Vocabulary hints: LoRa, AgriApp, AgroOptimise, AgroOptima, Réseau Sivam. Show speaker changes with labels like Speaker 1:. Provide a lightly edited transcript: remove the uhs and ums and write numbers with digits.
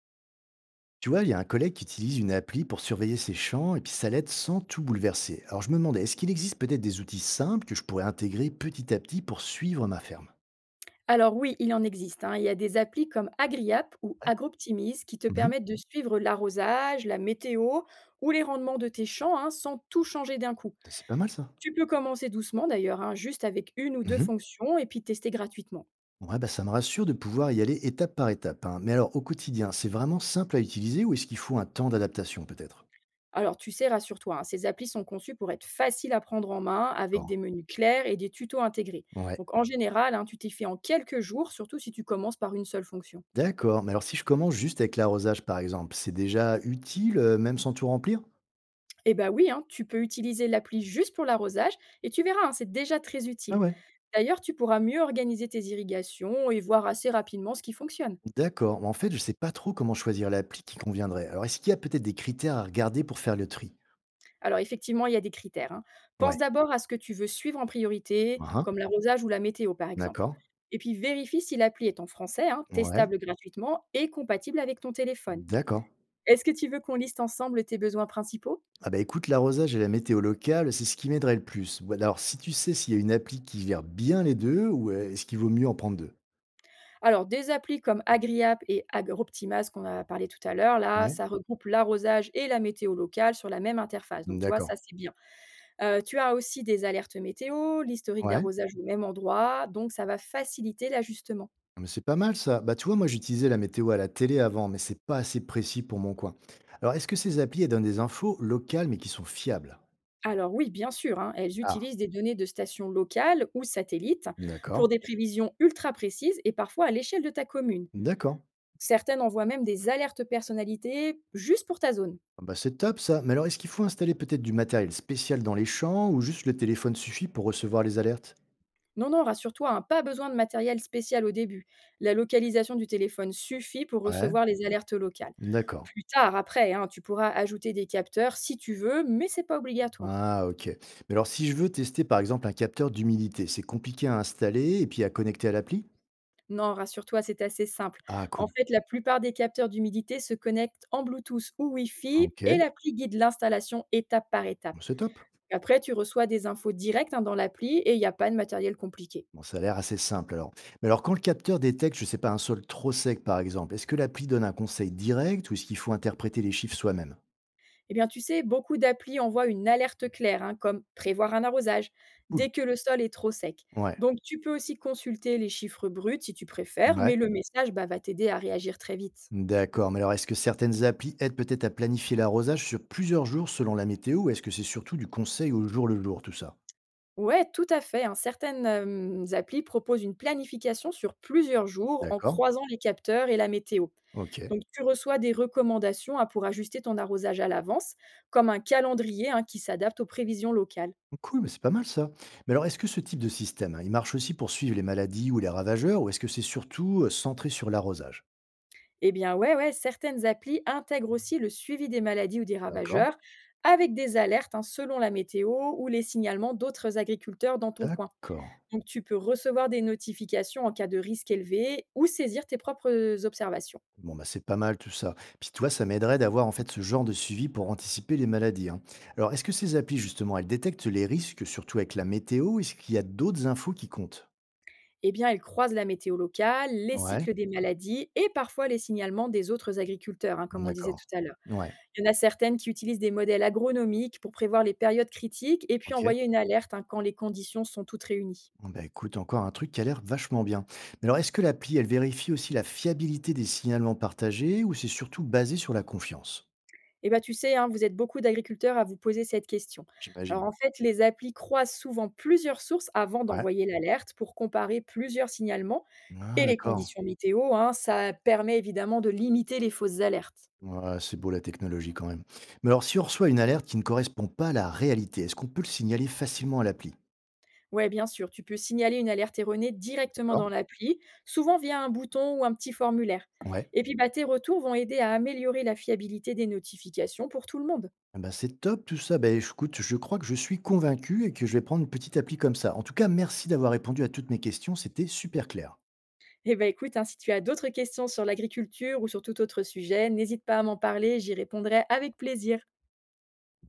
Speaker 1: Tu vois, il y a un collègue qui utilise une appli pour surveiller ses champs et puis ça l'aide sans tout bouleverser. Alors je me demandais, est-ce qu'il existe peut-être des outils simples que je pourrais intégrer petit à petit pour suivre ma ferme.
Speaker 2: Alors oui, il en existe, hein. Il y a des applis comme AgriApp ou
Speaker 1: Ouais.
Speaker 2: AgroOptimise qui te
Speaker 1: Mhm.
Speaker 2: permettent de suivre l'arrosage, la météo ou les rendements de tes champs hein, sans tout changer d'un coup.
Speaker 1: C'est pas mal ça.
Speaker 2: Tu peux commencer doucement d'ailleurs, hein, juste avec une ou deux
Speaker 1: Mhm.
Speaker 2: fonctions et puis tester gratuitement.
Speaker 1: Ouais, bah, ça me rassure de pouvoir y aller étape par étape, hein. Mais alors au quotidien, c'est vraiment simple à utiliser ou est-ce qu'il faut un temps d'adaptation peut-être?
Speaker 2: Alors tu sais, rassure-toi, hein, ces applis sont conçues pour être faciles à prendre en main avec des
Speaker 1: D'accord.
Speaker 2: menus clairs et des tutos intégrés.
Speaker 1: Ouais.
Speaker 2: Donc en général, hein, tu t'y fais en quelques jours, surtout si tu commences par une seule fonction.
Speaker 1: D'accord. Mais alors si je commence juste avec l'arrosage par exemple, c'est déjà utile, même sans tout remplir?
Speaker 2: Eh bah oui, hein, tu peux utiliser l'appli juste pour l'arrosage et tu verras, hein, c'est déjà très
Speaker 1: Ah
Speaker 2: utile.
Speaker 1: ouais.
Speaker 2: D'ailleurs, tu pourras mieux organiser tes irrigations et voir assez rapidement ce qui fonctionne.
Speaker 1: D'accord, mais en fait, je ne sais pas trop comment choisir l'appli qui conviendrait. Alors, est-ce qu'il y a peut-être des critères à regarder pour faire le tri?
Speaker 2: Alors effectivement, il y a des critères, hein.
Speaker 1: Ouais.
Speaker 2: Pense d'abord à ce que tu veux suivre en priorité,
Speaker 1: Hein, hein.
Speaker 2: comme l'arrosage ou la météo par exemple.
Speaker 1: D'accord.
Speaker 2: Et puis vérifie si l'appli est en français, hein,
Speaker 1: Ouais.
Speaker 2: testable gratuitement et compatible avec ton téléphone.
Speaker 1: D'accord.
Speaker 2: Est-ce que tu veux qu'on liste ensemble tes besoins principaux?
Speaker 1: Ah bah écoute, l'arrosage et la météo locale, c'est ce qui m'aiderait le plus. Ou alors, si tu sais s'il y a une appli qui gère bien les deux, ou est-ce qu'il vaut mieux en prendre deux?
Speaker 2: Alors, des applis comme AgriApp et AgroOptima, ce qu'on a parlé tout à l'heure, là,
Speaker 1: Ouais.
Speaker 2: ça regroupe l'arrosage et la météo locale sur la même interface. Donc, tu vois,
Speaker 1: D'accord.
Speaker 2: ça, c'est bien. Tu as aussi des alertes météo, l'historique
Speaker 1: Ouais.
Speaker 2: d'arrosage au même endroit, donc ça va faciliter l'ajustement.
Speaker 1: Ah, mais c'est pas mal ça. Bah tu vois, moi j'utilisais la météo à la télé avant, mais c'est pas assez précis pour mon coin. Alors, est-ce que ces applis, elles donnent des infos locales mais qui sont fiables?
Speaker 2: Alors oui, bien sûr, hein, elles
Speaker 1: Ah,
Speaker 2: utilisent des données de stations locales ou satellites pour
Speaker 1: d'accord.
Speaker 2: des prévisions ultra précises et parfois à l'échelle de ta commune.
Speaker 1: D'accord.
Speaker 2: Certaines envoient même des alertes personnalisées juste pour ta zone.
Speaker 1: Ah bah c'est top ça. Mais alors, est-ce qu'il faut installer peut-être du matériel spécial dans les champs ou juste le téléphone suffit pour recevoir les alertes?
Speaker 2: Non, non, rassure-toi, hein, pas besoin de matériel spécial au début. La localisation du téléphone suffit pour
Speaker 1: Ouais.
Speaker 2: recevoir les alertes locales.
Speaker 1: D'accord.
Speaker 2: Plus tard, après, hein, tu pourras ajouter des capteurs si tu veux, mais c'est pas obligatoire.
Speaker 1: Ah, ok. Mais alors, si je veux tester par exemple un capteur d'humidité, c'est compliqué à installer et puis à connecter à l'appli?
Speaker 2: Non, rassure-toi, c'est assez simple.
Speaker 1: Ah,
Speaker 2: En
Speaker 1: cool.
Speaker 2: fait, la plupart des capteurs d'humidité se connectent en Bluetooth ou Wi-Fi
Speaker 1: Ok.
Speaker 2: et l'appli guide l'installation étape par étape.
Speaker 1: Bon, c'est top.
Speaker 2: Après, tu reçois des infos directes hein, dans l'appli et il n'y a pas de matériel compliqué.
Speaker 1: Bon, ça a l'air assez simple alors. Mais alors, quand le capteur détecte, je sais pas, un sol trop sec par exemple, est-ce que l'appli donne un conseil direct ou est-ce qu'il faut interpréter les chiffres soi-même?
Speaker 2: Eh bien, tu sais, beaucoup d'applis envoient une alerte claire, hein, comme prévoir un arrosage,
Speaker 1: Cool.
Speaker 2: dès que le sol est trop sec.
Speaker 1: Ouais.
Speaker 2: Donc, tu peux aussi consulter les chiffres bruts si tu préfères,
Speaker 1: Ouais.
Speaker 2: mais le message bah, va t'aider à réagir très vite.
Speaker 1: D'accord, mais alors est-ce que certaines applis aident peut-être à planifier l'arrosage sur plusieurs jours selon la météo ou est-ce que c'est surtout du conseil au jour le jour tout ça?
Speaker 2: Ouais, tout à fait, hein. Certaines applis proposent une planification sur plusieurs jours en
Speaker 1: D'accord,
Speaker 2: croisant les capteurs et la météo.
Speaker 1: ok.
Speaker 2: Donc tu reçois des recommandations, hein, pour ajuster ton arrosage à l'avance, comme un calendrier, hein, qui s'adapte aux prévisions locales.
Speaker 1: Cool, mais c'est pas mal ça. Mais alors est-ce que ce type de système, hein, il marche aussi pour suivre les maladies ou les ravageurs ou est-ce que c'est surtout centré sur l'arrosage?
Speaker 2: Eh bien ouais, ouais, certaines applis intègrent aussi le suivi des maladies ou des
Speaker 1: D'accord,
Speaker 2: ravageurs avec des alertes, hein, selon la météo ou les signalements d'autres agriculteurs dans ton coin.
Speaker 1: d'accord.
Speaker 2: Donc tu peux recevoir des notifications en cas de risque élevé ou saisir tes propres observations.
Speaker 1: Bon, bah c'est pas mal tout ça. Puis toi, ça m'aiderait d'avoir en fait ce genre de suivi pour anticiper les maladies, hein. Alors est-ce que ces applis justement, elles détectent les risques, surtout avec la météo, est-ce qu'il y a d'autres infos qui comptent?
Speaker 2: Eh bien, elle croise la météo locale, les
Speaker 1: Ouais.
Speaker 2: cycles des maladies et parfois les signalements des autres agriculteurs, hein, comme on disait
Speaker 1: D'accord.
Speaker 2: tout à l'heure.
Speaker 1: Ouais,
Speaker 2: Il y en a certaines qui utilisent des modèles agronomiques pour prévoir les périodes critiques et puis
Speaker 1: ok.
Speaker 2: envoyer une alerte hein, quand les conditions sont toutes réunies.
Speaker 1: Bon, bah, écoute, encore un truc qui a l'air vachement bien. Mais alors, est-ce que l'appli, elle vérifie aussi la fiabilité des signalements partagés ou c'est surtout basé sur la confiance?
Speaker 2: Eh bien, tu sais, hein, vous êtes beaucoup d'agriculteurs à vous poser cette question. Alors,
Speaker 1: J'imagine.
Speaker 2: en fait, les applis croisent souvent plusieurs sources avant
Speaker 1: Ouais.
Speaker 2: d'envoyer l'alerte pour comparer plusieurs signalements
Speaker 1: Ah,
Speaker 2: et les
Speaker 1: d'accord.
Speaker 2: conditions météo, hein. Ça permet évidemment de limiter les fausses alertes.
Speaker 1: Ouais, c'est beau la technologie quand même. Mais alors, si on reçoit une alerte qui ne correspond pas à la réalité, est-ce qu'on peut le signaler facilement à l'appli?
Speaker 2: Ouais, bien sûr, tu peux signaler une alerte erronée directement
Speaker 1: D'accord.
Speaker 2: dans l'appli, souvent via un bouton ou un petit formulaire.
Speaker 1: Ouais.
Speaker 2: Et puis, bah, tes retours vont aider à améliorer la fiabilité des notifications pour tout le monde.
Speaker 1: Ah bah, c'est top tout ça. Bah, écoute, je crois que je suis convaincu et que je vais prendre une petite appli comme ça. En tout cas, merci d'avoir répondu à toutes mes questions. C'était super clair.
Speaker 2: Et bah, écoute, hein, si tu as d'autres questions sur l'agriculture ou sur tout autre sujet, n'hésite pas à m'en parler, j'y répondrai avec plaisir.